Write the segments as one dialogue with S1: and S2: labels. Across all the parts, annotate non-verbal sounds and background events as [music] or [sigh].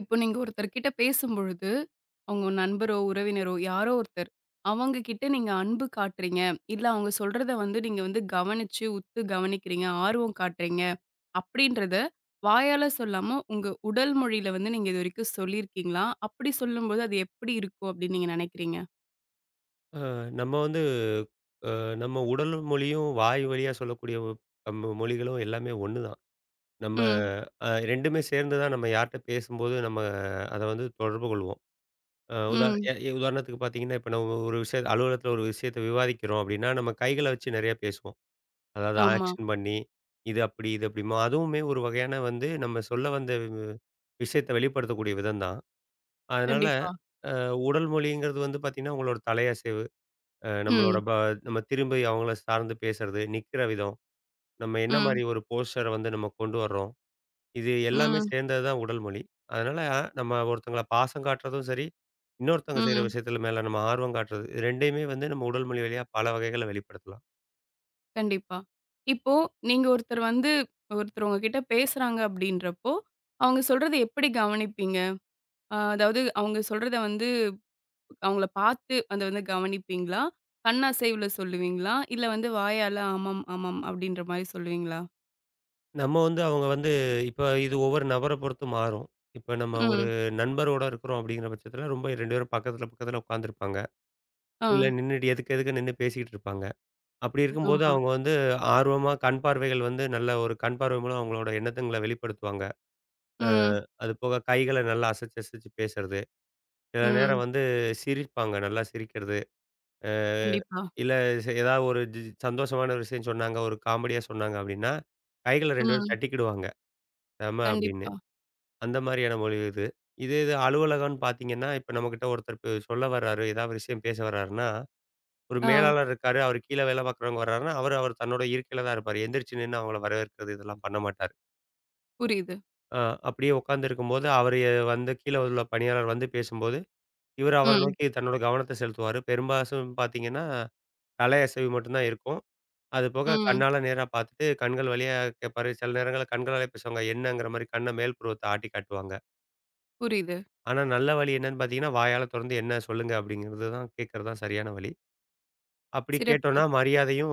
S1: இப்போ நீங்க ஒருத்தர்கிட்ட பேசும்பொழுது, உங்க நண்பரோ, உறவினரோ யாரோ ஒருத்தர், அவங்க கிட்ட நீங்க அன்பு காட்டுறீங்க. இல்ல அவங்க சொல்றத வந்து நீங்க வந்து கவனிச்சு, உத்து கவனிக்கிறீங்க, ஆர்வம் காட்டுறீங்க அப்படின்றத வாயால சொல்லாம, உங்க உடல் மொழியில வந்து நீங்க இதுவரைக்கும் சொல்லியிருக்கீங்களா? அப்படி சொல்லும்போது அது எப்படி இருக்கும் அப்படின்னு நீங்க நினைக்கிறீங்க?
S2: அ நம்ம வந்து அ நம்ம உடல் மொழியும், வாய் வழியா சொல்லக்கூடிய நம்ம மொழிகளும் எல்லாமே ஒண்ணுதான். நம்ம
S1: ம்,
S2: 2மே சேர்ந்து தான் நம்ம யார்ட்ட பேசும்போது நம்ம அத வந்து தொடர்பு கொள்வோம். அ உதா
S1: ம்.
S2: எ எ உதாரணத்துக்கு பார்த்தீங்கன்னா, இப்ப நம்ம ஒரு விஷயத்த அலுவலகத்தில ஒரு விஷயத்த விவாதிக்கிறோம் அப்டின்னா, நம்ம கைகள வச்சு நெறைய பேசுவோம். அதாவது
S1: ஆமா.
S2: ஆக்ஷன் பண்ணி, இது அப்டி, இது அப்டிமா அதுவுமே ஒரு வகையான வந்து நம்ம சொல்ல வந்த விஷயத்த வெளிப்படுத்தக்கூடிய விதம் தான். அதனால
S1: கண்டிப்பா.
S2: அ உடல் மொழிங்கிறது வந்து பார்த்தீங்கன்னா, உங்களோட தலையசைவு, அ நம்மளோட
S1: ம்,
S2: ப நம்ம திரும்பி அவங்கள சார்ந்து பேசுறது, நிக்கிற விதம், நம்ம என்ன
S1: ம்,
S2: மாரி ஒரு போஸ்டர வந்து நம்ம கொண்டு வர்றோம். இது எல்லாமே
S1: ம்,
S2: சேர்ந்தது தான் உடல் மொழி. அதனால நம்ம ஒருத்தங்கள பாசம் காட்டுறதும் சரி, இன்னொருத்தவங்க செய்ற
S1: ம்.
S2: விஷயத்துல மேல நம்ம ஆர்வம் காட்டுறது, இது 2யுமே வந்து நம்ம உடல் மொழி வழியா பல வகைகள்ல வெளிப்படுத்தலாம்.
S1: கண்டிப்பா. இப்போ நீங்க ஒருத்தர் வந்து ஒருத்தர் உங்ககிட்ட பேசுறாங்க அப்படின்றப்போ, அவங்க சொல்றத எப்படி கவனிப்பீங்க? அதாவது அவங்க சொல்றத வந்து அவங்கள பார்த்து அத வந்து கவனிப்பீங்களா? கண் அசைவுல சொல்லுவீங்களா? இல்ல வந்து வாயால ஆமாம், ஆமாம் அப்படின்ற மாரி சொல்லுவீங்களா?
S2: நம்ம வந்து அவங்க வந்து இப்ப இது ஒவ்வொரு நபர பொறுத்து மாறும். இப்ப நம்ம ஒரு
S1: ம்.
S2: நண்பரோட இருக்கிறோம் அப்படிங்கிற பட்சத்துல ரொம்ப 2 பேரும் பக்கத்துல, பக்கத்துல உட்கார்ந்துருப்பாங்க.
S1: ஆ.
S2: இல்ல நின்னுட்டு எதுக்கு எதுக்கு நின்னு பேசிக்கிட்டு இருப்பாங்க. அப்படி இருக்கும்போது
S1: ஆமா.
S2: அவங்க வந்து ஆர்வமா கண் பார்வைகள் வந்து நல்ல ஒரு கண் பார்வை மூலம் அவங்களோட எண்ணத்துங்கள வெளிப்படுத்துவாங்க. அ
S1: ம்.
S2: அது போக கைகள நல்லா அசைச்சு, அசைச்சு பேசுறது. சில
S1: ம்.
S2: நேரம் வந்து சிரிப்பாங்க. நல்லா சிரிக்கிறது. அ
S1: கண்டிப்பா.
S2: இல்ல ஏதாவது ஒரு சந்தோஷமான ஒரு விஷயம் சொன்னாங்க, ஒரு காமெடியா சொன்னாங்க அப்படின்னா, கைகள 2 பேரும்
S1: ம்.
S2: தட்டிக்கிடுவாங்க. செம அப்படின்னு.
S1: கண்டிப்பா.
S2: அந்த மாதிரியான மொழி இது. இதே இது அலுவலகம்னு பார்த்தீங்கன்னா, இப்ப நம்மகிட்ட ஒருத்தர் சொல்ல வர்றாரு, ஏதாவது விஷயம் பேச வர்றாருன்னா ஒரு
S1: ஆ.
S2: மேலாளர் இருக்காரு. அவரு கீழ வேலை பார்க்குறவங்க வர்றாருன்னா, அவரு அவர் தன்னோட இருக்கையில தான் இருப்பாரு. எந்திரிச்சு நின்னு அவங்கள வரவேற்கிறது இதெல்லாம் பண்ண மாட்டாரு.
S1: புரியுது.
S2: அ அப்படியே உட்காந்துருக்கும்போது, அவரு வந்து கீழ உள்ள பணியாளர் வந்து பேசும்போது, இவரு அவர
S1: ம்.
S2: நோக்கி தன்னோட கவனத்த செலுத்துவாரு. பெரும்பாசும் பார்த்தீங்கன்னா, தலை அசைவு மட்டும் தான் இருக்கும். அது போக
S1: ம்.
S2: கண்ணால நேரா பார்த்துட்டு, கண்கள் வழியா கேட்பாரு. சில நேரங்கள்ல கண்களாலே பேசுவாங்க. என்னங்கிற மாரி கண்ண மேல் புருவத்த ஆட்டி காட்டுவாங்க.
S1: புரியுது.
S2: ஆனா, நல்ல வழி என்னன்னு பார்த்தீங்கன்னா, வாயால தொறந்து என்ன சொல்லுங்க அப்படிங்கிறது தான் கேட்கிறது தான் சரியான வழி. அப்படி
S1: சிறப்பு.
S2: கேட்டோம்னா மரியாதையும்,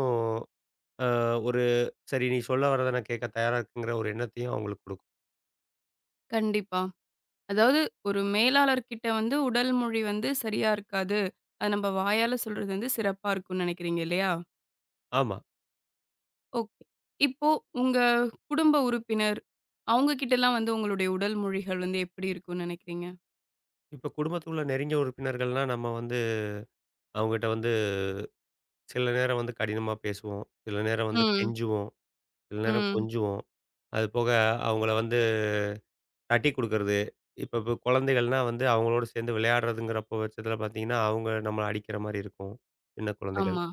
S2: அ ஒரு சரி நீ சொல்ல வர்றத நான் கேட்க தயாரா இருக்கேங்கிற ஒரு எண்ணத்தையும் அவங்களுக்கு கொடுக்கும்.
S1: கண்டிப்பா. அதாவது ஒரு மேலாளர்கிட்ட வந்து உடல் மொழி வந்து சரியா இருக்காது. அது நம்ம வாயால சொல்றது வந்து சிறப்பா இருக்கும்னு நினைக்கிறீங்க இல்லையா?
S2: ஆமா.
S1: ஓகே. இப்போ உங்க குடும்ப உறுப்பினர், அவங்க கிட்டலாம் வந்து உங்களுடைய உடல் மொழிகள் வந்து எப்படி இருக்கும்னு நினைக்கிறீங்க?
S2: இப்ப குடும்பத்துக்குள்ள நெருங்கிய உறுப்பினர்கள்னா, நம்ம வந்து அவங்ககிட்ட வந்து சில நேரம் வந்து கடினமா பேசுவோம். சில நேரம் வந்து
S1: ம்.
S2: கெஞ்சுவோம். சில நேரம்
S1: ம்.
S2: கொஞ்சுவோம். அது போக அவங்கள வந்து தட்டி குடுக்கறது. இப்ப இப்ப குழந்தைகள்னா வந்து அவங்களோட சேர்ந்து விளையாடுறதுங்கிறப்போ பட்சத்தில பார்த்தீங்கன்னா, அவங்க நம்மள அடிக்கிற மாரி இருக்கும். சின்ன குழந்தைகள்.
S1: ஆமா.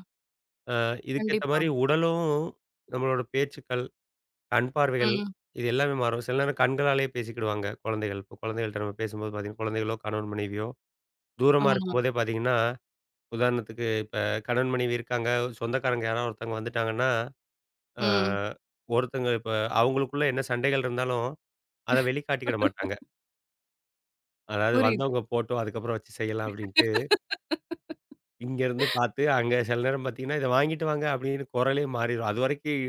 S2: அ இதுக்கேத்த
S1: கண்டிப்பா.
S2: மாரி உடலும், நம்மளோட பேச்சுக்கள், கண் பார்வைகள்,
S1: ம்.
S2: இது எல்லாமே மாறும். சில நேரம் கண்களாலேயே பேசிக்கிடுவாங்க குழந்தைகள். இப்போ குழந்தைகள்ட்ட நம்ம பேசும்போது பார்த்தீங்கன்னா, குழந்தைகளோ, கணவன் மனைவியோ தூரமா
S1: ஆமா.
S2: இருக்கும்போதே பார்த்தீங்கன்னா, உதாரணத்துக்கு இப்ப கணவன் மனைவி இருக்காங்க, சொந்தக்காரங்க யாராவது ஒருத்தவங்க வந்துட்டாங்கன்னா, அ
S1: ம்.
S2: ஒருத்தங்க இப்ப அவங்களுக்குள்ள என்ன சண்டைகள் இருந்தாலும், அத வெளிக்காட்டிக்கிட மாட்டாங்க. அதாவது
S1: புரியுது.
S2: வந்தவங்க போட்டும், அதுக்கப்புறம் வச்சு செய்யலாம் அப்படின்ட்டு, இங்கேருந்து பார்த்து அங்க சில நேரம் பார்த்தீங்கன்னா, "இத வாங்கிட்டு வாங்க" அப்படின்னு குரலே மாறிரும். அதுவரைக்கும்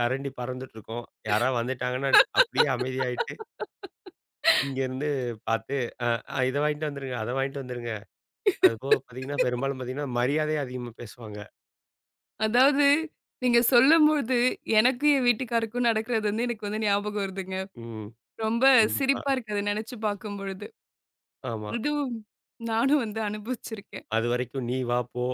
S2: கரண்டி பறந்துட்டுருக்கும். யாராவது வந்துட்டாங்கன்னா, அப்படியே அமைதியாயிட்டு இங்கேருந்து பார்த்து, அ அ இத வாங்கிட்டு வந்துருங்க, அத வாங்கிட்டு வந்துருங்க. அது போக பார்த்தீங்கன்னா, பெரும்பாலும் பார்த்தீங்கன்னா, மரியாதை அதிகமா பேசுவாங்க.
S1: அதாவது நீங்க சொல்லும்போது எனக்கும் என் வீட்டுக்காருக்கும் நடக்கிறது வந்து எனக்கு வந்து ஞாபகம் வருதுங்க.
S2: ம்.
S1: ரொம்ப
S2: கண்டிப்பா.
S1: சிரிப்பா இருக்கு அத நெனச்சு பார்க்கும்பொழுது.
S2: ஆமா.
S1: இதுவும் நானும் வந்து அனுபவிச்சிருக்கேன்.
S2: அதுவரைக்கும் நீ வா, போ,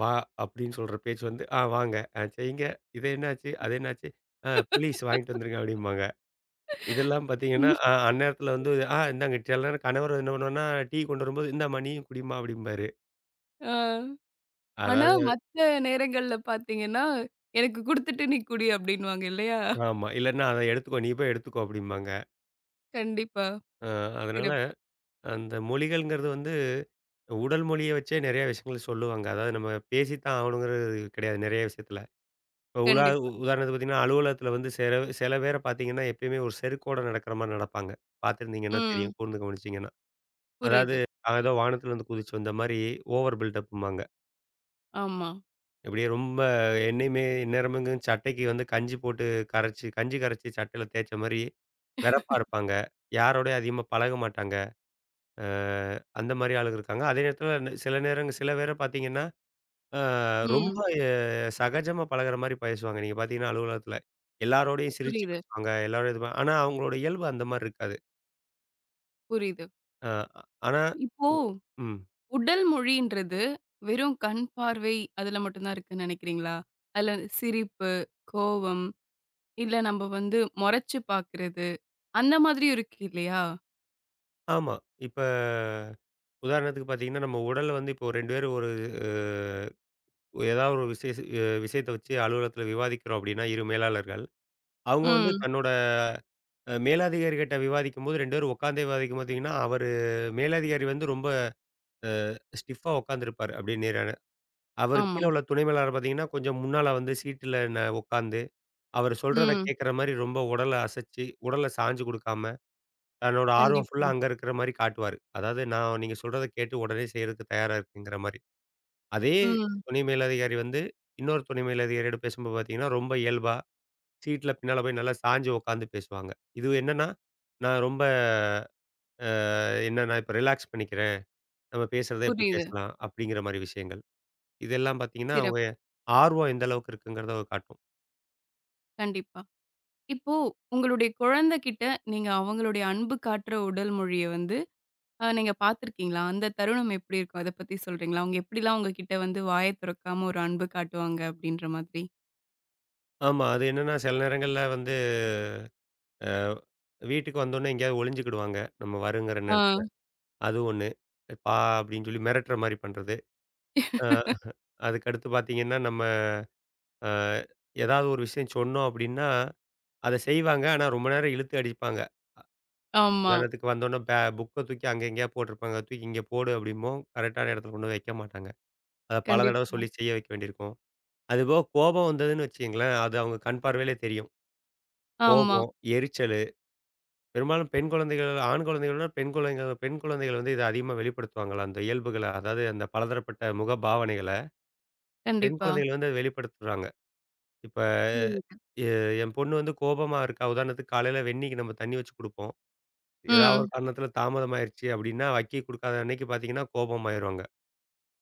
S2: வா அப்படின்னு சொல்ற பேச்சு வந்து, ஆ வாங்க, ஆ செய்யுங்க, இது என்னாச்சு? அது என்னாச்சு? ஆ ப்ளீஸ் வாங்கிட்டு வந்துருங்க அப்படிம்பாங்க. இதெல்லாம் பார்த்தீங்கன்னா,
S1: ம்.
S2: அந்நேரத்தில வந்து, ஆ இந்தாங்க சில நேரம் கணவர் என்ன பண்ணுவாருன்னா, டீ கொண்டு வரும்போது, இந்தாம்மா நீயும் குடிம்மா அப்படிம்பாரு.
S1: ஆ. ஆனா,
S2: அதாவது
S1: மத்த நேரங்கள்ல பார்த்தீங்கன்னா, "எனக்கு குடுத்துட்டு நீ குடி" அப்படின்னுவாங்க இல்லையா?
S2: ஆமா. இல்லன்னா, அத எடுத்துக்கோ, நீ போய் எடுத்துக்கோ அப்படிம்பாங்க.
S1: கண்டிப்பா.
S2: அ அதனால
S1: சிறப்பு.
S2: அந்த மொழிகள்ங்கிறது வந்து உடல் மொழிய வச்சே நெறைய விஷயங்கள் சொல்லுவாங்க. அதாவது நம்ம பேசித்தான் ஆகணுங்கிறது கிடையாது நெறைய விஷயத்துல. இப்ப
S1: கண்டிப்பா.
S2: உதாரணத்துக்கு பார்த்தீங்கன்னா, அலுவலகத்துல வந்து சில பேர பார்த்தீங்கன்னா, எப்பயுமே ஒரு செருக்கோட நடக்கிற மாரி நடப்பாங்க. பார்த்துருந்தீங்கன்னா
S1: ம்.
S2: தெரியும், கூர்ந்து கவனிச்சீங்கன்னா. அதாவது
S1: புரியுது.
S2: அவன் ஏதோ வானத்துலருந்து குதிச்சு வந்த மாரி ஓவர் பில்டப்ம்பாங்க.
S1: ஆமா.
S2: இப்படியே ரொம்ப என்னையுமே எந்நேரமும் சட்டைக்கு வந்து கஞ்சி போட்டு கரைச்சு கஞ்சி கரைச்சு சட்டையில தேய்ச்ச மாரி வெறப்பா இருப்பாங்க. யாரோடயும் அதிகமா பழக மாட்டாங்க. அ அந்த மாரி ஆளுங்க இருக்காங்க. அதே நேரத்துல சில நேரங்க சில பேர பார்த்தீங்கன்னா, ஆ ம். ரொம்ப
S1: ம்.
S2: எ சகஜமா பழகுற மாரி பேசுவாங்க. நீங்க பார்த்தீங்கன்னா, அலுவலகத்தில எல்லாரோடையும் சிரிச்சு
S1: புரியுது,
S2: பேசுவாங்க. எல்லாரோடையும் இது ஆனா, அவங்களோட இயல்பு அந்த மாரி இருக்காது.
S1: புரியுது.
S2: அ ஆனா
S1: இப்போ
S2: ம்.
S1: உடல் மொழின்றது வெறும் கண் பார்வை அதுல மட்டும் தான் இருக்குன்னு நெனைக்கிறீங்களா? அதுல சிரிப்பு, கோவம், இல்ல நம்ம வந்து மொறச்சு பார்க்கிறது, அந்த மாதிரியும் இருக்கு இல்லையா?
S2: ஆமா. இப்ப உதாரணத்துக்கு பார்த்தீங்கன்னா, நம்ம உடல்ல வந்து இப்போ 2 பேரும் ஒரு அ ஏதாவது ஒரு விஷயத்த வச்சு அலுவலகத்தில விவாதிக்கிறோம் அப்படின்னா, இரு மேலாளர்கள். அவங்க வந்து
S1: ம்.
S2: தன்னோட மேலதிகாரிகிட்ட விவாதிக்கும்போது 2 பேரும் உட்காந்தே விவாதிக்கும் பார்த்தீங்கன்னா, அவரு மேலதிகாரி வந்து ரொம்ப ஸ்டிஃப்பா உட்காந்துருப்பாரு. அப்படியே நேர அவரு
S1: ஆமா.
S2: கீழ உள்ள துணை மேலாளர் பார்த்தீங்கன்னா, கொஞ்சம் முன்னால வந்து சீட்டுல உட்காந்து, அவரு சொல்றத
S1: ம்.
S2: கேட்கிற மாரி ரொம்ப உடல அசைச்சு, உடல சாய்ஞ்சு குடுக்காம, தன்னோட ஆர்வம் ஃபுல்லா
S1: கண்டிப்பா.
S2: அங்க இருக்கிற மாரி காட்டுவாரு. அதாவது நான் நீங்க சொல்றத கேட்டு உடனே செய்றதுக்கு தயாரா இருக்கேங்கிற மாரி. அதே
S1: ம்.
S2: துணை மேலதிகாரி வந்து, இன்னொரு துணை மேலதிகாரியோட பேசும்போது பார்த்தீங்கன்னா, ரொம்ப இயல்பா, சீட்ல பின்னால போய் நல்லா சாய்ஞ்சு உட்காந்து பேசுவாங்க. இது என்னன்னா, நான் ரொம்ப அ என்ன நான் இப்ப ரிலாக்ஸ் பண்ணிக்கிறேன். நம்ம பேசுறத இப்டி
S1: புரியுது.
S2: பேசலாம். அப்டிங்கிற மாரி விஷயங்கள். இதெல்லாம் பார்த்தீங்கன்னா, அவங்க
S1: சிறப்பு.
S2: ஆர்வம் எந்த அளவுக்கு இருக்குங்கிறத அது காட்டும்.
S1: கண்டிப்பா. இப்போ உங்களுடைய குழந்தைகிட்ட நீங்க அவங்களுடைய அன்பு காட்டுற உடல் மொழிய வந்து நீங்க பார்த்துருக்கீங்களா? அந்த தருணம் எப்படி இருக்கும்? அத பத்தி சொல்றீங்களா? அவங்க எப்படிலாம் உங்ககிட்ட வந்து வாய தொறக்காம ஒரு அன்பு காட்டுவாங்க அப்படின்ற மாதிரி?
S2: ஆமா. அது என்னன்னா, சில நேரங்கள்ல வந்து வீட்டுக்கு வந்தோனே எங்கேயாவது ஒளிஞ்சுக்கிடுவாங்க. நம்ம வருங்கிற
S1: ஆ.
S2: நேரத்துல. அது ஒண்ணு. "பா" அப்படின்னு சொல்லி மிரட்டுற மாரி பண்றது. அ அதுக்கடுத்து பார்த்தீங்கன்னா, நம்ம அ ஏதாவது ஒரு விஷயம் சொன்னோம் அப்படின்னா, அத செய்வாங்க. ஆனா ரொம்ப நேரம் இழுத்து அடிப்பாங்க.
S1: ஆமா.
S2: உதாரணத்துக்கு வந்தோனே பே புக்க தூக்கி அங்க எங்கேயா போட்டிருப்பாங்க. "தூக்கி இங்க போடு" அப்படிம்போம். கரெக்டான இடத்துல கொண்டு போய் வைக்க மாட்டாங்க. அத பல தடவ
S1: கண்டிப்பா.
S2: சொல்லி செய்ய வைக்க வேண்டியிருக்கும். அதுபோக கோபம் வந்ததுன்னு வச்சுக்கங்களேன், அது அவங்க கண் பார்வையிலே தெரியும்.
S1: ஆமா.
S2: கோபம், எரிச்சல். பெரும்பாலும் பெண் குழந்தைகள், ஆண் குழந்தைகள விட பெண் குழந்தைகள் வந்து இத அதிகமா வெளிப்படுத்துவாங்களா? அந்த இயல்புகள, அதாவது அந்த பலதரப்பட்ட முக பாவனைகள, பெண்
S1: கண்டிப்பா.
S2: குழந்தைகள் வந்து அத வெளிப்படுத்துறாங்க. இப்ப
S1: புரியுது.
S2: எ என் பொண்ணு வந்து கோபமா இருக்கா, உதாரணத்துக்கு காலையில வெந்நீக்கு நம்ம தண்ணி வச்சு குடுப்போம். ஏதாவது ஒரு
S1: ம்.
S2: காரணத்தில தாமதமாயிருச்சு அப்டின்னா, வக்கி குடுக்காத அன்னைக்கு பார்த்தீங்கன்னா, கோபமாயிருவாங்க.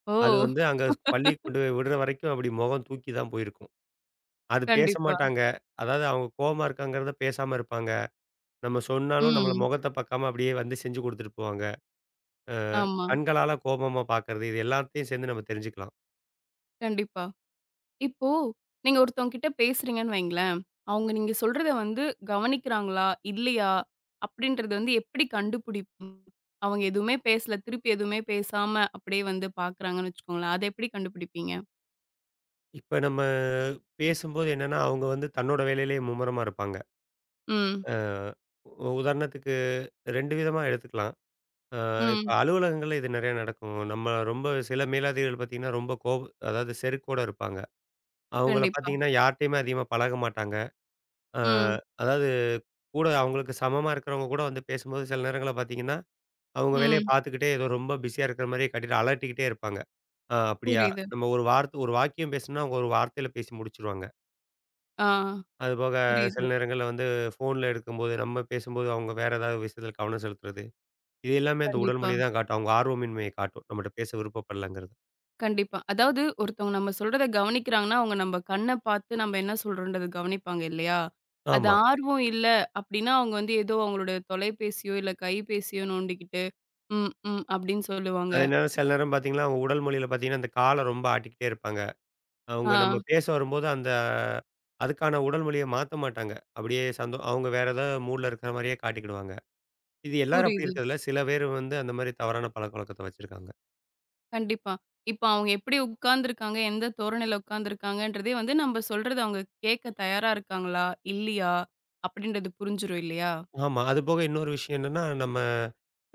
S1: ஓ!
S2: அது வந்து அங்க பள்ளிக்கு கொண்டு போய் விடுற வரைக்கும் அப்டி முகம் தூக்கி தான் போயிருக்கும். அது பேச
S1: கண்டிப்பா.
S2: மாட்டாங்க. அதாவது அவங்க கோவமா இருக்காங்கிறத பேசாம இருப்பாங்க. நம்ம சொன்னாலும் நம்மள
S1: ம்.
S2: முகத்த பாக்காம அப்டியே வந்து செஞ்சு குடுத்துட்டு போவாங்க. அ
S1: ஆமா.
S2: கண்களால கோபமா பார்க்கறது, இது எல்லாத்தையும் சேர்ந்து நம்ம தெரிஞ்சுக்கலாம்.
S1: கண்டிப்பா. இப்போ நீங்க ஒருத்தவங்க கிட்ட பேசுறீங்கன்னு வைங்களேன். அவங்க நீங்க சொல்றத வந்து கவனிக்கிறாங்களா? இல்லையா? அப்படின்றது வந்து எப்படி கண்டுபிடிப்போம்? அவங்க எதுவுமே பேசல. திருப்பி எதுவுமே பேசாம அப்படியே வந்து பார்க்குறாங்கன்னு வச்சுக்கோங்களேன். அத எப்படி கண்டுபிடிப்பீங்க?
S2: இப்ப நம்ம பேசும்போது என்னன்னா, அவங்க வந்து தன்னோட வேலையிலேயே மும்முரமா இருப்பாங்க.
S1: ம்.
S2: அ உ உதாரணத்துக்கு 2 விதமா எடுத்துக்கலாம். அ இப்ப
S1: ம்.
S2: அலுவலகங்கள்ல இது நெறைய நடக்கும். நம்ம ரொம்ப சில மேலதிகாரிகள் பார்த்தீங்கன்னா, ரொம்ப அதாவது செருக்கோட இருப்பாங்க. அவங்கள
S1: கண்டிப்பா.
S2: பார்த்தீங்கன்னா, யார்ட்டயுமே அதிகமா பழக மாட்டாங்க. அ
S1: ம்.
S2: அதாவது கூட அவங்களுக்கு சமமா இருக்கிறவங்க கூட வந்து பேசும்போது சில நேரங்கள்ல பார்த்தீங்கன்னா, அவங்க வேலைய
S1: ம்.
S2: பார்த்துக்கிட்டே ஏதோ ரொம்ப பிஸியா இருக்கிற மாரியே காட்டிட்டு அலட்டிக்கிட்டே இருப்பாங்க. ஆ அப்படியா?
S1: புரியுது.
S2: நம்ம ஒரு வார்த்தை ஒரு வாக்கியம் பேசணும்னா, அவங்க ஒரு வார்த்தையில பேசி முடிச்சுருவாங்க.
S1: ஆ.
S2: அதுபோக
S1: புரியுது.
S2: சில நேரங்கள்ல வந்து ஃபோன்ல இருக்கும்போது, நம்ம பேசும்போது அவங்க வேற ஏதாவது விஷயத்துல கவனம் செலுத்துறது. இது எல்லாமே அந்த உடல்
S1: கண்டிப்பா.
S2: மொழி தான் காட்டும். அவங்க ஆர்வமின்மையை காட்டும். நம்மட்ட பேச விருப்பப்படலங்கிறது.
S1: கண்டிப்பா. அதாவது ஒருத்தவங்க நம்ம சொல்றத கவனிக்கிறாங்கன்னா, அவங்க நம்ம கண்ண பார்த்து நம்ம என்ன சொல்றோம்ன்றத கவனிப்பாங்க இல்லையா? அது
S2: ஆமா.
S1: ஆர்வம் இல்ல அப்டின்னா, அவங்க வந்து ஏதோ அவங்களோட தொலைபேசியோ, இல்ல கைபேசியோ நோண்டிக்கிட்டு, ம், ம் அப்டின்னு சொல்லுவாங்க.
S2: அதே நேரம் சில நேரம் பார்த்தீங்கன்னா, அவங்க உடல் மொழியில பார்த்தீங்கன்னா, அந்த கால ரொம்ப ஆட்டிக்கிட்டே இருப்பாங்க.
S1: ஆ
S2: அவங்க நம்ம பேச வரும்போது அந்த அதுக்கான உடல் மொழிய மாத்த மாட்டாங்க. அப்படியே சந்தோ அவங்க வேற ஏதாவது மூட்ல இருக்கிற மாரியே காட்டிக்கிடுவாங்க. இது எல்லாரும் அப்படி
S1: புரியுது.
S2: இருக்கிறதில்ல. சில பேர் வந்து அந்த மாரி தவறான பழக்கவழக்கத்த வச்சிருக்காங்க.
S1: கண்டிப்பா. இப்ப அவங்க எப்டி உட்கார்ந்துருக்காங்க, எந்த தோரணையில உட்கார்ந்துருக்காங்கன்றதே வந்து நம்ம சொல்றத அவங்க கேட்க தயாரா இருக்காங்களா? இல்லையா? அப்டின்றது புரிஞ்சிரும் இல்லையா?
S2: ஆமா. அதுபோக இன்னொரு விஷயம் என்னன்னா, நம்ம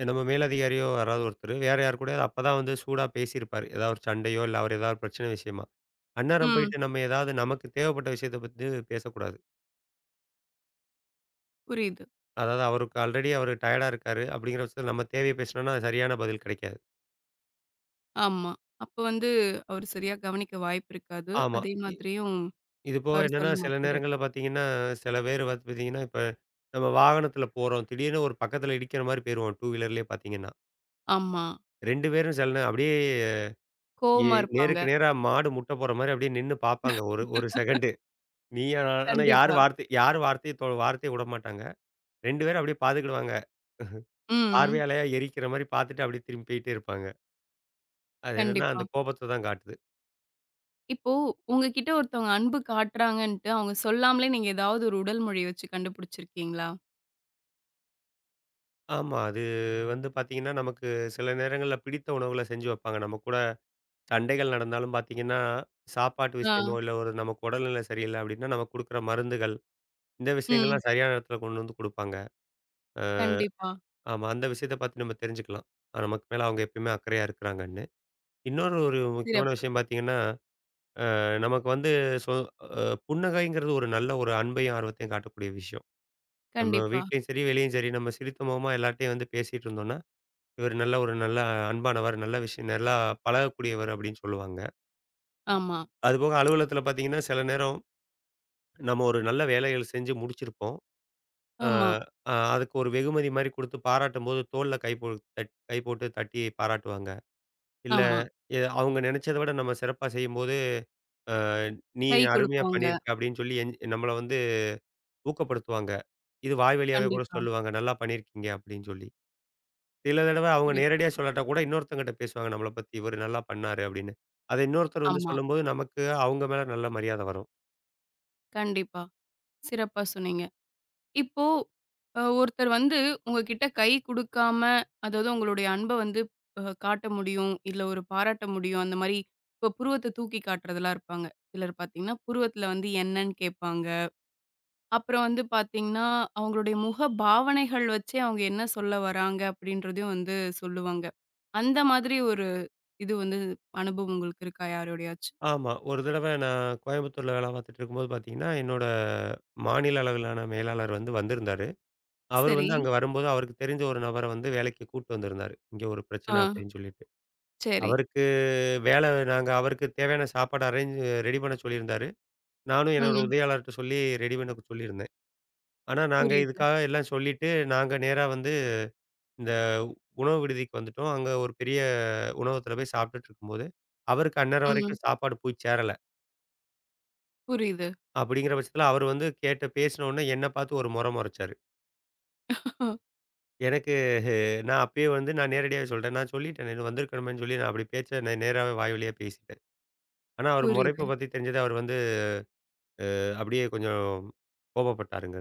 S2: நம்ம மேலதிகாரியோ யாராவது ஒருத்தரு, வேற யார் கூடயாவது அப்பதான் வந்து சூடா பேசியிருப்பாரு. ஏதாவது ஒரு சண்டையோ, இல்ல அவர் ஏதாவது பிரச்சனை விஷயமா. அந்நேரம்
S1: ம்.
S2: போயிட்டு நம்ம ஏதாவது நமக்கு தேவைப்பட்ட விஷயத்த பத்தி பேசக்கூடாது.
S1: புரியுது.
S2: அதாவது அவருக்கு ஆல்ரெடி அவரு டயர்டா இருக்காரு. அப்படிங்கிற பட்சத்தில நம்ம தேவைய பேசினோம்னா, அது சரியான பதில் கிடைக்காது.
S1: ஆமா. அப்ப வந்து அவரு சரியா கவனிக்க வாய்ப்பு இருக்காது.
S2: ஆமா.
S1: அதே
S2: இ
S1: மாதிரியும்
S2: இது போக
S1: அவரு
S2: என்னன்னா,
S1: சொல்ல
S2: சில
S1: மாட்டாரு.
S2: நேரங்கள்ல பார்த்தீங்கன்னா, சில பேர் வந்து பார்த்தீங்கன்னா, இப்ப நம்ம வாகனத்தில போறோம். திடீர்னு ஒரு பக்கத்தில இடிக்கிற மாரி போயிருவோம். டூ வீலர்லயே பார்த்தீங்கன்னா.
S1: ஆமா.
S2: 2 பேரும் சில நே அப்படியே
S1: கோவமா இருப்பாங்க.
S2: நேருக்கு நேரா மாடு முட்ட போடுற மாரி அப்படியே நின்னு பார்ப்பாங்க. ஒரு ஒரு செகண்டு. நீயா நானா ஆனா
S1: கண்டிப்பா.
S2: யாரும் வார்த்தைய விடமாட்டாங்க. 2 பேரும் அப்படியே பார்த்துக்கிடுவாங்க.
S1: ம்.
S2: பார்வையாலயா எரிக்கிற மாரி பார்த்துட்டு அப்படியே திரும்பி போயிட்டே இருப்பாங்க. அது என்னன்னா அந்த
S1: கண்டிப்பா.
S2: கோபத்த தான் காட்டுது.
S1: இப்போ உங்ககிட்ட ஒருத்தவங்க அன்பு காட்டுறாங்கன்ட்டு, அவங்க சொல்லாமலே நீங்க ஏதாவது ஒரு உடல் மொழி வச்சு கண்டுபிடிச்சிருக்கீங்களா?
S2: ஆமா. அது வந்து பார்த்தீங்கன்னா, நமக்கு சில நேரங்கள்ல பிடித்த உணவுகள செஞ்சு வைப்பாங்க. நம்ம கூட சண்டைகள் நடந்தாலும் பார்த்தீங்கன்னா, சாப்பாட்டு
S1: ஆ.
S2: விஷயமோ இல்ல ஒரு நமக்கு உடல்நிலை சரியில்ல அப்படின்னா, நமக்கு குடுக்குற மருந்துகள், இந்த
S1: ம்.
S2: விஷயங்கள்லாம் சரியான இடத்துல கொண்டு வந்து குடுப்பாங்க.
S1: கண்டிப்பா.
S2: ஆமா. அந்த விஷயத்த பார்த்து நம்ம தெரிஞ்சுக்கலாம். ஆ, நமக்கு மேல அவங்க எப்பயுமே அக்கறையா இருக்கிறாங்கன்னு. இன்னொரு ஒரு முக்கியமான
S1: சிறப்பு.
S2: விஷயம் பார்த்தீங்கன்னா, நமக்கு வந்து சொ அ புன்னகைங்கிறது ஒரு நல்ல ஒரு அன்பையும், ஆர்வத்தையும் காட்டக்கூடிய விஷயம். நம்ம
S1: கண்டிப்பா.
S2: வீட்லயும் சரி, வெளியும் சரி நம்ம சிரித்த முகமா எல்லார்ட்டயும் வந்து பேசிட்டு இருந்தோம்னா, இவர் நல்ல ஒரு நல்ல அன்பானவர், நல்ல விஷயம் நல்லா பழகக்கூடியவர் அப்படின்னு சொல்லுவாங்க.
S1: ஆமா,
S2: அதுபோக அலுவலகத்தில பார்த்தீங்கன்னா, சில நேரம் நம்ம ஒரு நல்ல வேலைகள் செஞ்சு முடிச்சிருப்போம். அ
S1: ஆமா,
S2: அ அதுக்கு ஒரு வெகுமதி மாரி குடுத்து பாராட்டும்போது தோள்ல கை போட்டு தட்டி பாராட்டுவாங்க. இல்ல
S1: ஆமா.
S2: அவங்க நினைச்சத விட நம்ம சிறப்பா செய்யும்போது, அ "நீ
S1: கை
S2: அருமையா
S1: குலுக்குவாங்க.
S2: பண்ணியிருக்க" அப்படின்னு சொல்லி நம்மள வந்து ஊக்கப்படுத்துவாங்க. இது வாய் வழியாவே கூட
S1: கண்டிப்பா.
S2: சொல்லுவாங்க, "நல்லா பண்ணியிருக்கீங்க" அப்படின்னு சொல்லி. சில தடவ அவங்க
S1: சிறப்பு.
S2: நேரடியா சொல்லாட்டா கூட இன்னொருத்தவங்கட்ட பேசுவாங்க நம்மள பத்தி, "இவரு நல்லா பண்ணாரு" அப்படின்னு. அத இன்னொருத்தர் வந்து
S1: ஆமா.
S2: சொல்லும்போது நமக்கு அவங்க மேல நல்ல மரியாத வரும்.
S1: கண்டிப்பா. சிறப்பா சொன்னீங்க. இப்போ ஒருத்தர் வந்து உங்ககிட்ட கை குடுக்காம, அதாவது உங்களுடைய அன்ப வந்து காட்ட முடியும். இல்ல ஒரு பாராட்ட முடியும். அந்த மாரி இப்போ புருவத்த தூக்கி காட்டுறதெல்லாம் இருப்பாங்க. சிலர் பார்த்தீங்கன்னா, புருவத்தில வந்து என்னன்னு கேட்பாங்க. அப்புறம் வந்து பார்த்தீங்கன்னா, அவங்களுடைய முக பாவனைகள் வச்சே அவங்க என்ன சொல்ல வராங்க அப்படின்றதையும் வந்து சொல்லுவாங்க. அந்த மாதிரி ஒரு இது வந்து அனுபவம் உங்களுக்கு இருக்கா யாரோடையாச்சும்?
S2: ஆமா. ஒரு தடவ நான் கோயம்புத்தூர்ல வேல பார்த்துட்டு இருக்கும்போது பார்த்தீங்கன்னா, என்னோட மாநில அளவிலான மேலாளர் வந்து வந்திருந்தாரு. அவரு
S1: சரி.
S2: வந்து அங்க வரும்போது அவருக்கு தெரிஞ்ச ஒரு நபர வந்து வேலைக்கு கூட்டு வந்திருந்தாரு. இங்க ஒரு பிரச்சனை
S1: ஆ.
S2: அப்படின்னு சொல்லிட்டு.
S1: சரி.
S2: அவருக்கு வேலை நாங்க அவருக்கு தேவையான சாப்பாடு அரேஞ்ச் ரெடி பண்ண சொல்லியிருந்தாரு. நானும் என்னோட
S1: ம்.
S2: உதவியாளர்ட்ட சொல்லி ரெடி பண்ண சொல்லியிருந்தேன். ஆனா நாங்க
S1: புரியுது.
S2: இதுக்காக எல்லாம் சொல்லிட்டு, நாங்க நேரா வந்து இந்த உணவு விடுதிக்கு வந்துட்டோம். அங்க ஒரு பெரிய உணவகத்துல போய் சாப்பிட்டுட்டு இருக்கும்போது, அவருக்கு அந்நேரம்
S1: ம்.
S2: வரைக்கும் சாப்பாடு போய் சேரல.
S1: புரியுது.
S2: அப்படிங்கிற பட்சத்துல அவரு வந்து கேட்ட பேசின உடனே என்ன பார்த்து ஒரு முறை முறைச்சாரு.
S1: [laughs] அ
S2: எனக்கு நான் அப்பயே வந்து நான் நேரடியாவே சொல்ட்டேன். நான் சொல்லிட்டேனே இது வந்திருக்கணுமேன்னு சொல்லி நான் அப்படி பேச்ச நான் நேராவே வாய் வழியா பேசிட்டேன். ஆனா அவர்
S1: புரியுது.
S2: முறைப்ப பத்தி தெரிஞ்சது அவர் வந்து அப்படியே கொஞ்சம் கோபப்பட்டாருங்க.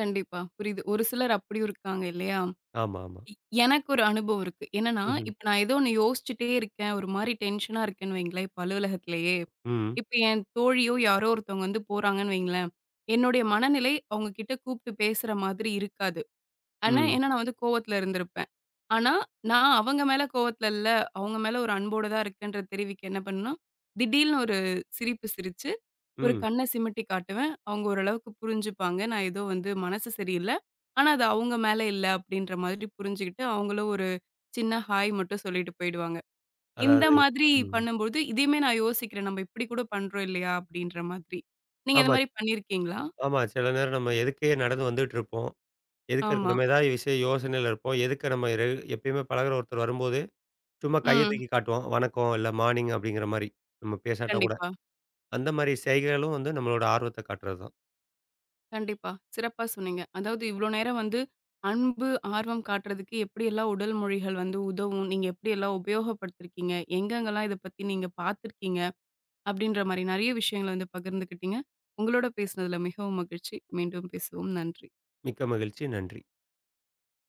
S1: கண்டிப்பா. புரியுது. ஒரு சிலர் அப்படியும் இருக்காங்க இல்லையா?
S2: ஆமா, ஆமா.
S1: இ- எனக்கு ஒரு அனுபவம் இருக்கு. என்னன்னா,
S2: ம்ஹ்ம்.
S1: இப்ப நான் ஏதோ ஒண்ணு யோசிச்சுட்டே இருக்கேன். ஒரு மாரி டென்ஷனா இருக்கேன்னு வைங்களேன், இப்ப அலுவலகத்திலேயே.
S2: ம்.
S1: இப்ப என் தோழியோ யாரோ ஒருத்தவங்க வந்து போறாங்கன்னு வைங்களேன், என்னுடைய மனநிலை அவங்க கிட்ட கூப்பிட்டு பேசுற மாதிரி இருக்காது. ஆனா,
S2: ம்.
S1: ஏன்னா நான் வந்து கோவத்துல இருந்திருப்பேன். ஆனா, நான் அவங்க மேல கோவத்துல இல்ல, அவங்க மேல ஒரு அன்போட தான் இருக்கேன்றத தெரிவிக்க என்ன பண்ணேன்னா, திடீல்னு ஒரு சிரிப்பு சிரிச்சு ஒரு
S2: ம்.
S1: கண்ண சிமிட்டி காட்டுவேன். அவங்க ஓரளவுக்கு புரிஞ்சுப்பாங்க. நான் ஏதோ வந்து மனசு சரியில்ல. ஆனா அது அவங்க மேல இல்ல அப்படின்ற மாதிரி புரிஞ்சுகிட்டு, அவங்களும் ஒரு சின்ன ஹாய் மட்டும் சொல்லிட்டு போயிடுவாங்க. இந்த
S2: அதாவது
S1: மாதிரி
S2: ம்.
S1: பண்ணும்போது, இதையுமே நான் யோசிக்கிறேன். நம்ம இப்படி கூட பண்றோம் இல்லையா? அப்படின்ற மாதிரி. நீங்க இந்த
S2: ஆமா,
S1: மாரி பண்ணியிருக்கீங்களா?
S2: ஆமா. சில நேரம் நம்ம எதுக்கே நடந்து வந்துட்டு இருப்போம். எதுக்க இருக்கு
S1: ஆமா.
S2: நம்ம ஏதாவது விஷயம் யோசனையில இருப்போம். எதுக்க நம்ம எப்பயுமே பழகுற ஒருத்தர் வரும்போது, சும்மா கைய
S1: ம்.
S2: தூக்கி காட்டுவோம். வணக்கம் இல்ல மார்னிங் அப்படிங்கிற மாரி. நம்ம பேசாட்டா கூட.
S1: கண்டிப்பா,
S2: அந்த மாரி செய்கைகளும் வந்து நம்மளோட ஆர்வத்த காட்டுறது தான்.
S1: கண்டிப்பா. சிறப்பா சொன்னீங்க. அதாவது இவ்ளோ நேரம் வந்து அன்பு, ஆர்வம் காட்டுறதுக்கு எப்படியெல்லாம் உடல் மொழிகள் வந்து உதவும்? நீங்க எப்படியெல்லாம் உபயோகப்படுத்திருக்கீங்க? எங்கெங்கலாம் இத பத்தி நீங்க பார்த்துருக்கீங்க? அப்படின்ற மாரி நெறைய விஷயங்கள வந்து பகிர்ந்துக்கிட்டீங்க. உங்களோட பேசினதுல மிகவும் மகிழ்ச்சி. மீண்டும் பேசுவோம். நன்றி.
S2: மிக்க மகிழ்ச்சி. நன்றி.